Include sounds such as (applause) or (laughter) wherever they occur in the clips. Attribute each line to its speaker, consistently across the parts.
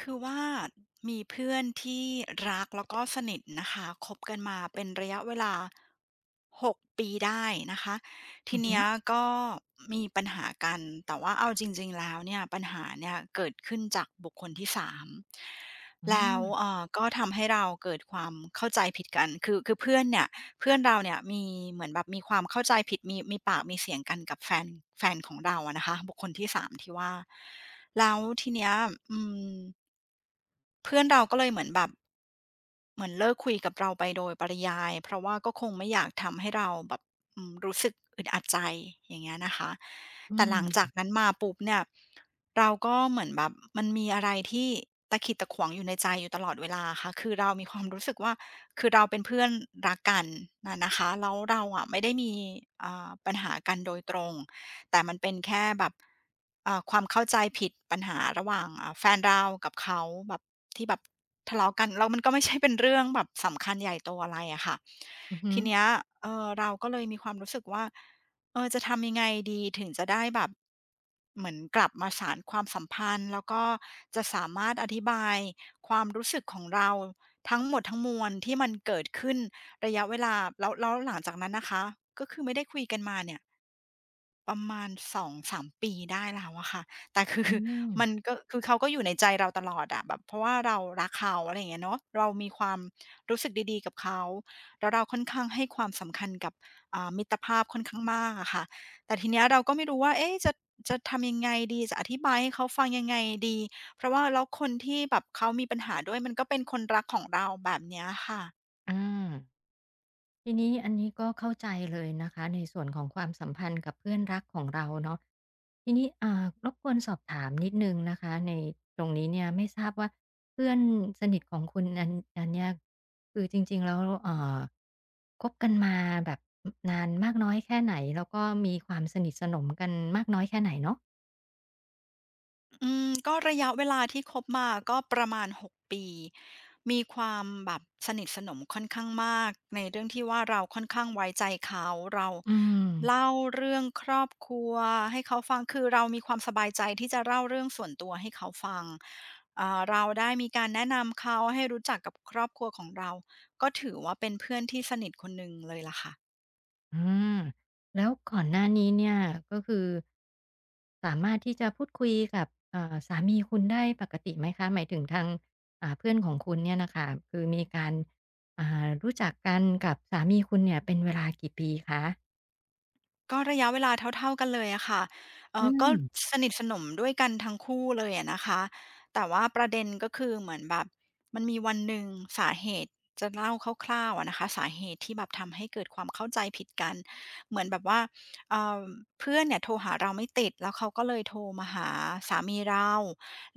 Speaker 1: คือว่ามีเพื่อนที่รักแล้วก็สนิทนะคะคบกันมาเป็นระยะเวลา6ปีได้นะคะ
Speaker 2: อื
Speaker 1: ที
Speaker 2: อฮึ
Speaker 1: เนี้ยก็มีปัญหากันแต่ว่าเอาจริงๆแล้วเนี่ยปัญหาเนี่ยเกิดขึ้นจากบุคคลที่สาม
Speaker 2: อา
Speaker 1: แล้วก็ทำให้เราเกิดความเข้าใจผิดกันคือเพื่อนเนี่ยเพื่อนเราเนี่ยมีเหมือนแบบมีความเข้าใจผิดมีปากมีเสียงกันกับแฟนแฟนของเราอะนะคะบุคคลที่สามที่ว่าแล้วทีเนี้ยอืม เพื่อนเราก็เลยเหมือนแบบเหมือนเลิกคุยกับเราไปโดยปริยายเพราะว่าก็คงไม่อยากทำให้เราแบบอืมรู้สึกอึดอัดใจอย่างเงี้ยนะคะ
Speaker 2: อื
Speaker 1: แต่หลังจาก
Speaker 2: ม
Speaker 1: นั้นมาปุ๊บเนี่ยเราก็เหมือนแบบมันมีอะไรที่ตะขิดตะขวงอยู่ในใจอยู่ตลอดเวลาค่ะคือเรามีความรู้สึกว่าคือเราเป็นเพื่อนรักกันน่ะนะคะแล้วเราอะไม่ได้มีปัญหากันโดยตรงแต่มันเป็นแค่แบบ ความเข้าใจผิดปัญหาระหว่างแฟนเรากับเขาแบบที่แบบทะเลาะกันแล้วมันก็ไม่ใช่เป็นเรื่องแบบสำคัญใหญ่โตอะไรอะค่ะ
Speaker 2: อือฮึ
Speaker 1: ทีเนี้ยเราก็เลยมีความรู้สึกว่าเออจะทำยังไงดีถึงจะได้แบบเหมือนกลับมาสานความสัมพันธ์แล้วก็จะสามารถอธิบายความรู้สึกของเราทั้งหมดทั้งมวลที่มันเกิดขึ้นระยะเวลาแล้วหลังจากนั้นนะคะก็คือไม่ได้คุยกันมาเนี่ย ประมาณ2-3ปีได้แล้วอะค่ะแต่คือ
Speaker 2: อืม
Speaker 1: (laughs) มันก็คือเขาก็อยู่ในใจเราตลอดอะแบบเพราะว่าเรารักเขาอะไรอย่างเงี้ยเนาะเรามีความรู้สึกดีๆกับเขาแล้วเราค่อนข้างให้ความสำคัญกับมิตรภาพค่อนข้างมากอะค่ะแต่ทีเนี้ยเราก็ไม่รู้ว่าเอ๊ะจะทำยังไงดีจะอธิบายให้เขาฟังยังไงดีเพราะว่าแล้วคนที่แบบเขามีปัญหาด้วยมันก็เป็นคนรักของเราแบบเนี้ยค่ะ
Speaker 2: อาทีนี้อันนี้ก็เข้าใจเลยนะคะในส่วนของความสัมพันธ์กับเพื่อนรักของเราเนาะทีนี้รบกวนสอบถามนิดหนึ่งนะคะในตรงนี้เนี่ยไม่ทราบว่าเพื่อนสนิทของคุณอันเนี้ยคือจริงๆแล้วคบกันมาแบบนานมากน้อยแค่ไหนแล้วก็มีความสนิทสนมกันมากน้อยแค่ไหนเนาะ
Speaker 1: อืมก็ระยะเวลาที่คบมาก็ประมาณ6 ปีมีความแบบสนิทสนมค่อนข้างมากในเรื่องที่ว่าเราค่อนข้างไว้ใจเขาเรา
Speaker 2: อืม
Speaker 1: เล่าเรื่องครอบครัวให้เขาฟังคือเรามีความสบายใจที่จะเล่าเรื่องส่วนตัวให้เขาฟังเราได้มีการแนะนำเขาให้รู้จักกับครอบครัวของเราก็ถือว่าเป็นเพื่อนที่สนิทคนหนึ่งเลยล่ะค่ะ
Speaker 2: อาแล้วก่อนหน้านี้เนี่ยก็คือสามารถที่จะพูดคุยกับสามีคุณได้ปกติไหมคะหมายถึงทางเพื่อนของคุณเนี่ยน่ะค่ะคือมีการอ่ารู้จักกันกับสามีคุณเนี่ยเป็นเวลากี่ปีคะ
Speaker 1: ก็ระยะเวลาเท่าๆกันเลยอะค่ะ
Speaker 2: อื
Speaker 1: ก็
Speaker 2: ม
Speaker 1: สนิทสนมด้วยกันทั้งคู่เลยอะนะคะ แต่ว่าประเด็นก็คือเหมือนแบบมันมีวันหนึ่งสาเหตุจะเล่าคร่าวๆอะนะคะสาเหตุที่แบบทำให้เกิดความเข้าใจผิดกันเหมือนแบบว่าเอ่อเพื่อนเนี่ยโทรหาเราไม่ติดแล้วเขาก็เลยโทรมาหาสามีเรา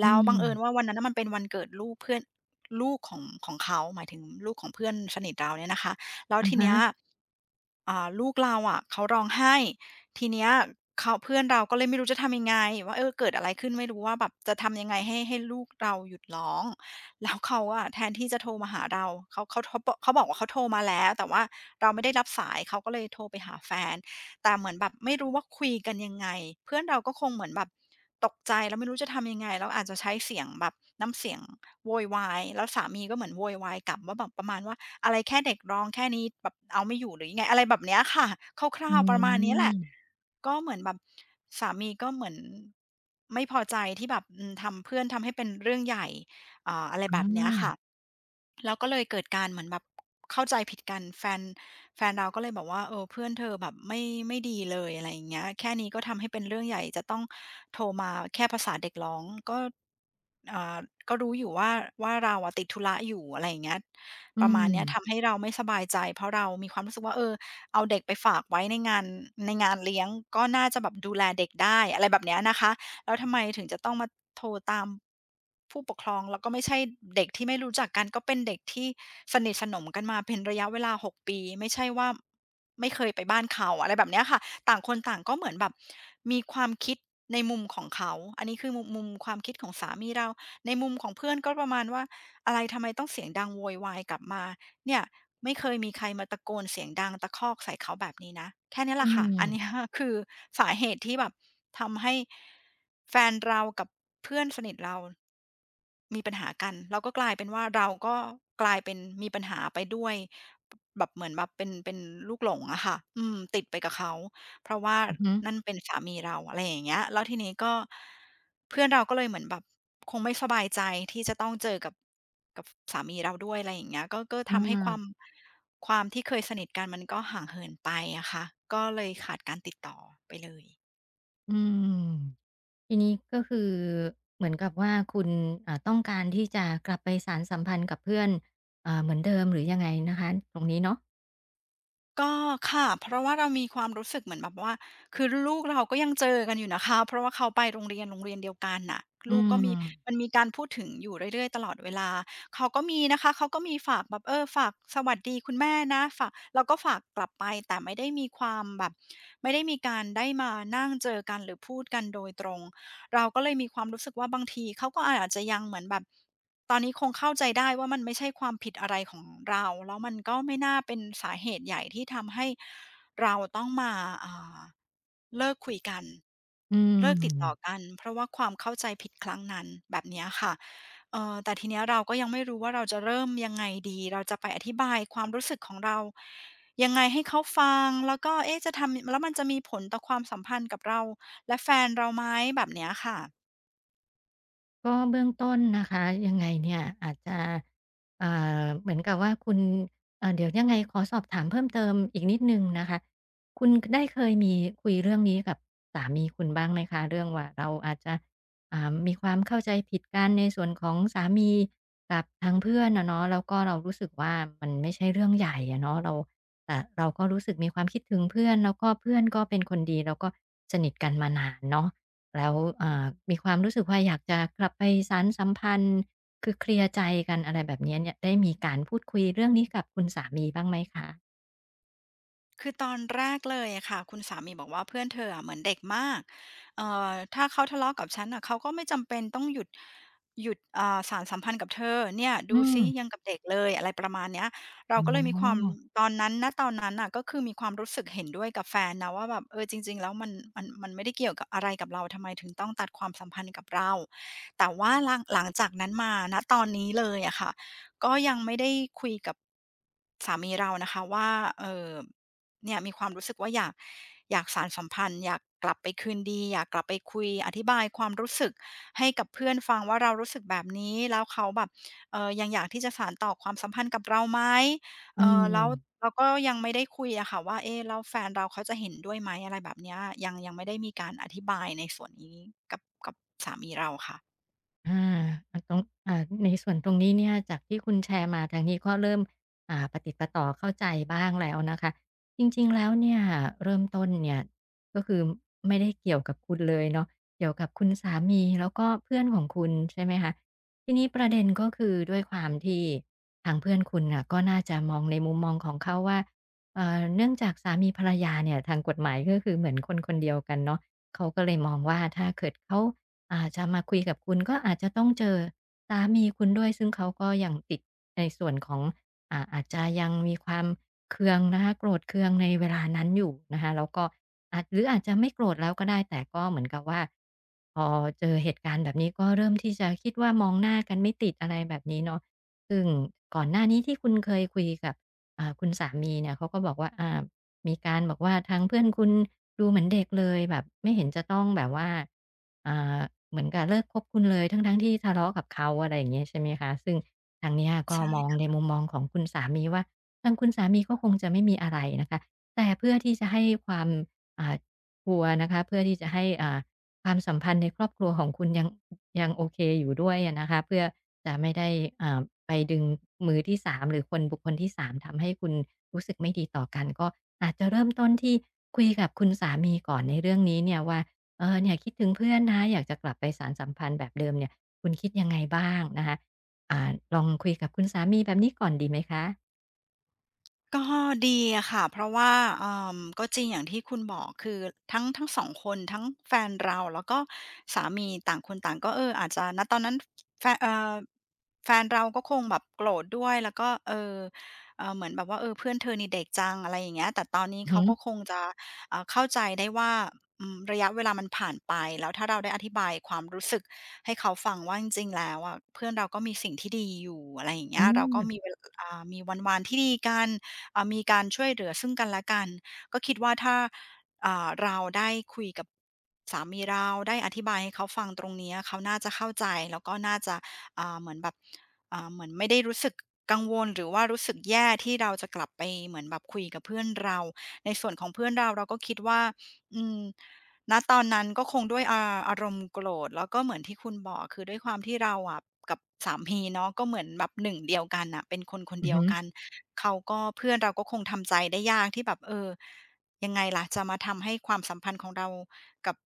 Speaker 2: อื
Speaker 1: แล้วบังเอิญว่า
Speaker 2: ม
Speaker 1: วันนั้นน่ะมันเป็นวันเกิดลูกเพื่อนลูกของเขาหมายถึงลูกของเพื่อนสนิทเราเนี่ยนะคะ แล้ว
Speaker 2: อะ
Speaker 1: ที
Speaker 2: ฮะ
Speaker 1: เนี้ยลูกเราอ่ะเขาร้องไห้ทีเนี้ยเขาเพื่อนเราก็เลยไม่รู้จะทำยังไงว่าเออเกิดอะไรขึ้นไม่รู้ว่าแบบจะทำยังไงให้ลูกเราหยุดร้องแล้วเขาอะแทนที่จะโทรมาหาเราเขาบอกเขาบอกว่าเขาโทรมาแล้วแต่ว่าเราไม่ได้รับสายเขาก็เลยโทรไปหาแฟนแต่เหมือนแบบไม่รู้ว่าคุยกันยังไงเพื่อนเราก็คงเหมือนแบบตกใจแล้วไม่รู้จะทำยังไงแล้วอาจจะใช้เสียงแบบน้ำเสียงโวยวายแล้วสามีก็เหมือนโวยวายกลับว่าแบบประมาณว่า อะไรแค่เด็กร้องแค่นี้แบบเอาไม่อยู่หรือยังไงอะไรแบบเนี้ยค่ะคร่า
Speaker 2: อื
Speaker 1: วๆประมาณนี้แหละ
Speaker 2: ม
Speaker 1: ก็เหมือนแบบสามีก็เหมือนไม่พอใจที่แบบอืมทำเพื่อนทำให้เป็นเรื่องใหญ่อะไร
Speaker 2: อ
Speaker 1: แบบเนี้ยค่ะ
Speaker 2: า
Speaker 1: แล้วก็เลยเกิดการเหมือนแบบเข้าใจผิดกันแฟนแฟนเราก็เลยบอกว่าเออเพื่อนเธอแบบไม่ดีเลยอะไรอย่างเงี้ยแค่นี้ก็ทำให้เป็นเรื่องใหญ่จะต้องโทรมาแค่ภาษาเด็กร้องก็อ่าก็รู้อยู่ว่าเราอะติดธุระอยู่อะไรอย่างเงี้ย
Speaker 2: อื
Speaker 1: ประมาณเนี้ยทำ
Speaker 2: ม
Speaker 1: ให้เราไม่สบายใจเพราะเรามีความรู้สึกว่าเออเอาเด็กไปฝากไว้ในงานในงานเลี้ยงก็น่าจะแบบดูแลเด็กได้อะไรแบบเนี้ยนะคะแล้วทำไมถึงจะต้องมาโทรตามผู้ปกครองแล้วก็ไม่ใช่เด็กที่ไม่รู้จักกันก็เป็นเด็กที่สนิทสนมกันมาเป็นระยะเวลา6ปีไม่ใช่ว่าไม่เคยไปบ้านเขาอะไรแบบเนี้ยค่ะต่างคนต่างก็เหมือนแบบมีความคิดในมุมของเขาอันนี้คือมุมความคิดของสามีเราในมุมของเพื่อนก็ประมาณว่า อะไรทำไมต้องเสียงดังโวยวายกลับมาเนี่ยไม่เคยมีใครมาตะโกนเสียงดังตะคอกใส่เขาแบบนี้นะแค่นี้ลแห
Speaker 2: อื
Speaker 1: ละค่ะ (laughs) อันเนี้ย
Speaker 2: ม
Speaker 1: (laughs) คือสาเหตุที่แบบทำให้แฟนเรากับเพื่อนสนิทเรามีปัญหากันเราก็กลายเป็นว่าเราก็กลายเป็นมีปัญหาไปด้วยแบบเหมือนแบบเป็นลูกหลงอะค่ะอืมติดไปกับเขา เพราะว่า
Speaker 2: อือฮึ
Speaker 1: นั่นเป็นสามีเราอะไรอย่างเงี้ยแล้วทีนี้ก็เพื่อนเราก็เลยเหมือนแบบคงไม่สบายใจที่จะต้องเจอกับสามีเราด้วยอะไรอย่างเงี้ยก็
Speaker 2: อ
Speaker 1: ทำให้ความ
Speaker 2: า
Speaker 1: ความที่เคยสนิทกันมันก็ห่างเหินไปอะค่ะก็เลยขาดการติดต่อไปเลย
Speaker 2: อืมทีนี้ก็คือเหมือนกับว่าคุณต้องการที่จะกลับไปสานสัมพันธ์กับเพื่อนเหมือนเดิมหรือยังไงนะคะตรงนี้เนาะ
Speaker 1: ก็ค่ะ เพราะว่าเรามีความรู้สึกเหมือนแบบว่าคือลูกเราก็ยังเจอกันอยู่นะคะเพราะว่าเขาไปโรงเรียนเดียวกันน่ะ
Speaker 2: อื
Speaker 1: ลูกก็มีมั
Speaker 2: ม
Speaker 1: นมีการพูดถึงอยู่เรื่อยๆตลอดเวลา เขาก็มีนะคะเขาก็มีฝากแบบเออฝากสวัสดีคุณแม่นะฝากเราก็ฝากกลับไปแต่ไม่ได้มีความแบบไม่ได้มีการได้มานั่งเจอกันหรือพูดกันโดยตรงเราก็เลยมีความรู้สึกว่าบางทีเขาก็อาจจะยังเหมือนแบบ ตอนนี้คงเข้าใจได้ว่ามันไม่ใช่ความผิดอะไรของเราแล้วมันก็ไม่น่าเป็นสาเหตุใหญ่ที่ทำให้เราต้องมาอ่าเลิกคุยกัน
Speaker 2: อื
Speaker 1: เลิกติดต่อ
Speaker 2: ม
Speaker 1: กันเพราะว่าความเข้าใจผิดครั้งนั้นแบบเนี้ยค่ะแต่ทีเนี้ยเราก็ยังไม่รู้ว่าเราจะเริ่มยังไงดีเราจะไปอธิบายความรู้สึกของเรายังไงให้เขาฟังแล้วก็เอ๊ะจะทำแล้วมันจะมีผลต่อความสัมพันธ์กับเราและแฟนเราไหมแบบเนี้ยค่ะ
Speaker 2: ก็เบื้องต้นนะคะยังไงเนี่ยอาจจะเอ่เหมือนกับว่าคุณเดี๋ยวยังไงขอสอบถามเพิ่มเติมอีกนิดหนึ่งนะคะคุณได้เคยมีคุยเรื่องนี้กับสามีคุณบ้างไหมคะเรื่องว่าเราอาจจะมีความเข้าใจผิดกันในส่วนของสามีกับทางเพื่อนนะเนาะแล้วก็เรารู้สึกว่ามันไม่ใช่เรื่องใหญ่อะเนาะเราแต่เราก็รู้สึกมีความคิดถึงเพื่อนแล้วก็เพื่อนก็เป็นคนดีแล้วก็สนิทกันมานานเนาะ แล้วอ่ามีความรู้สึกว่าอยากจะกลับไปสานสัมพันธ์คือเคลียร์ใจกันอะไรแบบเนี้ยเนี่ยได้มีการพูดคุยเรื่องนี้กับคุณสามีบ้างไหมคะ
Speaker 1: คือตอนแรกเลยอะค่ะคุณสามีบอกว่าเพื่อนเธออะเหมือนเด็กมากถ้าเขาทะเลาะกับฉันน่ะเขาก็ไม่จำเป็นต้องหยุดสานสัมพันธ์กับเธอเนี่ยดู
Speaker 2: อืม
Speaker 1: ซิยังกับเด็กเลยอะไรประมาณเนี้ยเรา
Speaker 2: อ๋
Speaker 1: ก็เลยมีความ
Speaker 2: อ
Speaker 1: ตอนนั้นณตอนนั้นน่ะก็คือมีความรู้สึกเห็นด้วยกับแฟนนะว่าแบบเออจริงๆแล้วมันมันไม่ได้เกี่ยวกับอะไรกับเราทำไมถึงต้องตัดความสัมพันธ์กับเราแต่ว่าหลังจากนั้นมาณตอนนี้เลยอะค่ะก็ยังไม่ได้คุยกับสามีเรานะคะว่าเอ่อ เนี่ยมีความรู้สึกว่าอยากสานสัมพันธ์อยากกลับไปคืนดีอยากกลับไปคุยอธิบายความรู้สึกให้กับเพื่อนฟังว่าเรารู้สึกแบบนี้แล้วเขาแบบยังอยากที่จะสานต่อความสัมพันธ์กับเราไหม
Speaker 2: อื
Speaker 1: แล้
Speaker 2: ม
Speaker 1: วเราก็ยังไม่ได้คุยอะค่ะว่าเอ๊ะแล้วแฟนเราเขาจะเห็นด้วยไหมอะไรแบบเนี้ยยังไม่ได้มีการอธิบายในส่วนนี้กับกับสามีเราค่ะ
Speaker 2: อามันต้องในส่วนตรงนี้เนี่ย จากที่คุณแชร์มาทางนี้ก็เริ่มประติดประต่อเข้าใจบ้างแล้วนะคะ จริงๆแล้วเนี่ย เริ่มต้นเนี่ย ก็คือไม่ได้เกี่ยวกับคุณเลยเนาะเกี่ยวกับคุณสามีแล้วก็เพื่อนของคุณใช่ไหมคะทีนี้ประเด็นก็คือด้วยความที่ทางเพื่อนคุณน่ะก็น่าจะมองในมุมมองของเขาว่าเนื่องจากสามีภรรยาเนี่ยทางกฎหมายก็คือเหมือนคนคนเดียวกันเนาะเขาก็เลยมองว่าถ้าเกิดเขา อาจจะมาคุยกับคุณก็อาจจะต้องเจอสามีคุณด้วยซึ่งเขาก็ยังติดในส่วนของอาจจะยังมีความเคืองนะคะโกรธเคืองในเวลานั้นอยู่นะคะแล้วก็อาจหรืออาจจะไม่โกรธแล้วก็ได้แต่ก็เหมือนกับว่าพอเจอเหตุการณ์แบบนี้ก็เริ่มที่จะคิดว่ามองหน้ากันไม่ติดอะไรแบบนี้เนาะซึ่งก่อนหน้านี้ที่คุณเคยคุยกับคุณสามีเนี่ยเขาก็บอกว่ามีการบอกว่าทางเพื่อนคุณดูเหมือนเด็กเลยแบบไม่เห็นจะต้องแบบว่าอ่าเหมือนกับเลิกคบคุณเลยทั้งๆที่ทะเลาะกับเขาอะไรอย่างเงี้ยใช่ไหมคะซึ่งทางเนี้ยก็มอง
Speaker 1: ใช่
Speaker 2: ในมุมมองของคุณสามีว่าทางคุณสามีก็คงจะไม่มีอะไรนะคะแต่เพื่อที่จะให้ความอ่าชัวร์นะคะเพื่อที่จะให้ความสัมพันธ์ในครอบครัวของคุณยังยังโอเคอยู่ด้วยอะนะคะเพื่อจะไม่ได้อ่าไปดึงมือที่สามหรือคนบุคคลที่3ทำให้คุณรู้สึกไม่ดีต่อกันก็อาจจะเริ่มต้นที่คุยกับคุณสามีก่อนในเรื่องนี้เนี่ยว่าเออเนี่ยคิดถึงเพื่อนนะอยากจะกลับไปสานสัมพันธ์แบบเดิมเนี่ยคุณคิดยังไงบ้างนะคะลองคุยกับคุณสามีแบบนี้ก่อนดีไหมคะ
Speaker 1: ก็ดีอะค่ะเพราะว่าอมก็จริงอย่างที่คุณบอกคือทั้งสองคนทั้งแฟนเราแล้วก็สามีต่างคนต่างก็เอออาจจะณตอนนั้นแฟนเอ่อแฟนเราก็คงแบบโกรธด้วยแล้วก็เหมือนแบบว่าเออเพื่อนเธอนี่เด็กจังอะไรอย่างเงี้ยแต่ตอนนี้
Speaker 2: อือฮึ
Speaker 1: เขาก็คงจะเข้าใจได้ว่าอืมระยะเวลามันผ่านไปแล้วถ้าเราได้อธิบายความรู้สึกให้เขาฟังว่าจริงๆแล้วอะเพื่อนเราก็มีสิ่งที่ดีอยู่อะไรอย่างเงี้ยเรา
Speaker 2: อา
Speaker 1: ก็มีเวลามีวันๆที่ดีกัน มีการช่วยเหลือซึ่งกันและกันก็คิดว่าถ้าเราได้คุยกับสามีเราได้อธิบายให้เขาฟังตรงเนี้ยเขาน่าจะเข้าใจแล้วก็น่าจะเหมือนแบบเหมือนไม่ได้รู้สึกกังวลหรือว่ารู้สึกแย่ที่เราจะกลับไปเหมือนแบบคุยกับเพื่อนเราในส่วนของเพื่อนเราเราก็คิดว่าอืมณตอนนั้นก็คงด้วยอาอารมณ์โกรธแล้วก็เหมือนที่คุณบอกคือด้วยความที่เราอะกับสามีเนาะก็เหมือนแบบหนึ่งเดียวกันน่ะเป็นคน
Speaker 2: อือ
Speaker 1: เดียว
Speaker 2: ฮึ
Speaker 1: กัน เขาก็เพื่อนเราก็คงทำใจได้ยากที่แบบเออยังไงล่ะจะมาทำให้ความสัมพันธ์ของเรากับ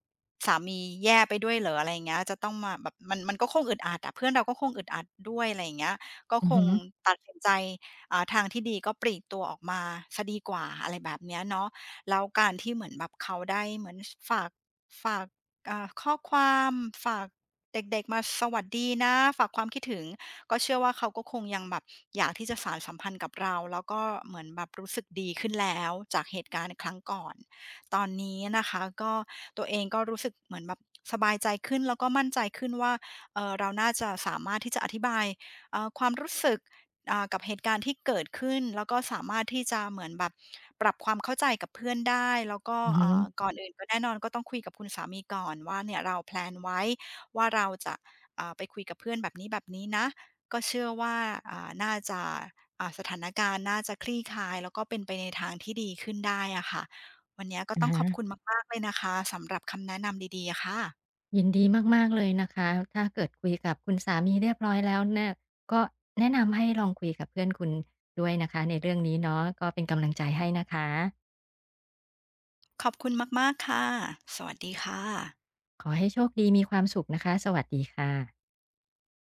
Speaker 1: สามีแย่ไปด้วยเหรออะไรอย่างเงี้ยจะต้องมาแบบมันก็คงอึดอัดอะเพื่อนเราก็คงอึดอัดด้วยอะไรอย่างเงี้ยก็
Speaker 2: อือ
Speaker 1: ค
Speaker 2: ฮึ
Speaker 1: งตัดสินใจทางที่ดีก็ปลีกตัวออกมาเสียดีกว่าอะไรแบบเนี้ยเนาะแล้วการที่เหมือนแบบเขาได้เหมือนสฝากฝากข้อความฝากเด็กๆมาสวัสดีนะฝากความคิดถึง ก็เชื่อว่าเขาก็คงยังแบบอยากที่จะสานสัมพันธ์กับเราแล้วก็เหมือนแบบรู้สึกดีขึ้นแล้วจากเหตุการณ์ในครั้งก่อน ตอนนี้นะคะก็ตัวเองก็รู้สึกเหมือนแบบสบายใจขึ้นแล้วก็มั่นใจขึ้นว่าเราน่าจะสามารถที่จะอธิบายความรู้สึกกับเหตุการณ์ที่เกิดขึ้นแล้วก็สามารถที่จะเหมือนแบบปรับความเข้าใจกับเพื่อนได้แล้วก็
Speaker 2: อือฮึ
Speaker 1: ก่อนอื่นก็แน่นอนก็ต้องคุยกับคุณสามีก่อนว่าเนี่ยเราแพลนไว้ว่าเราจะไปคุยกับเพื่อนแบบนี้ๆนะ ก็เชื่อว่าน่าจะสถานการณ์น่าจะคลี่คลายแล้วก็เป็นไปในทางที่ดีขึ้นได้อะค่ะวันนี้ก็
Speaker 2: ออ
Speaker 1: ต้อง
Speaker 2: ฮึอะ
Speaker 1: ขอบคุณ
Speaker 2: ฮะ
Speaker 1: มากๆเลยนะคะสำหรับคำแนะนำดีๆอะค่ะ
Speaker 2: ยินดีมากๆเลยนะคะ ถ้าเกิดคุยกับคุณสามีเรียบร้อยแล้วเนี่ยก็แนะนำให้ลองคุยกับเพื่อนคุณด้วยนะคะในเรื่องนี้เนาะก็เป็นกำลังใจให้นะคะ
Speaker 1: ขอบคุณมากๆค่ะ สวัสดีค่ะ
Speaker 2: ขอให้โชคดีมีความสุขนะคะสวัสดีค่ะ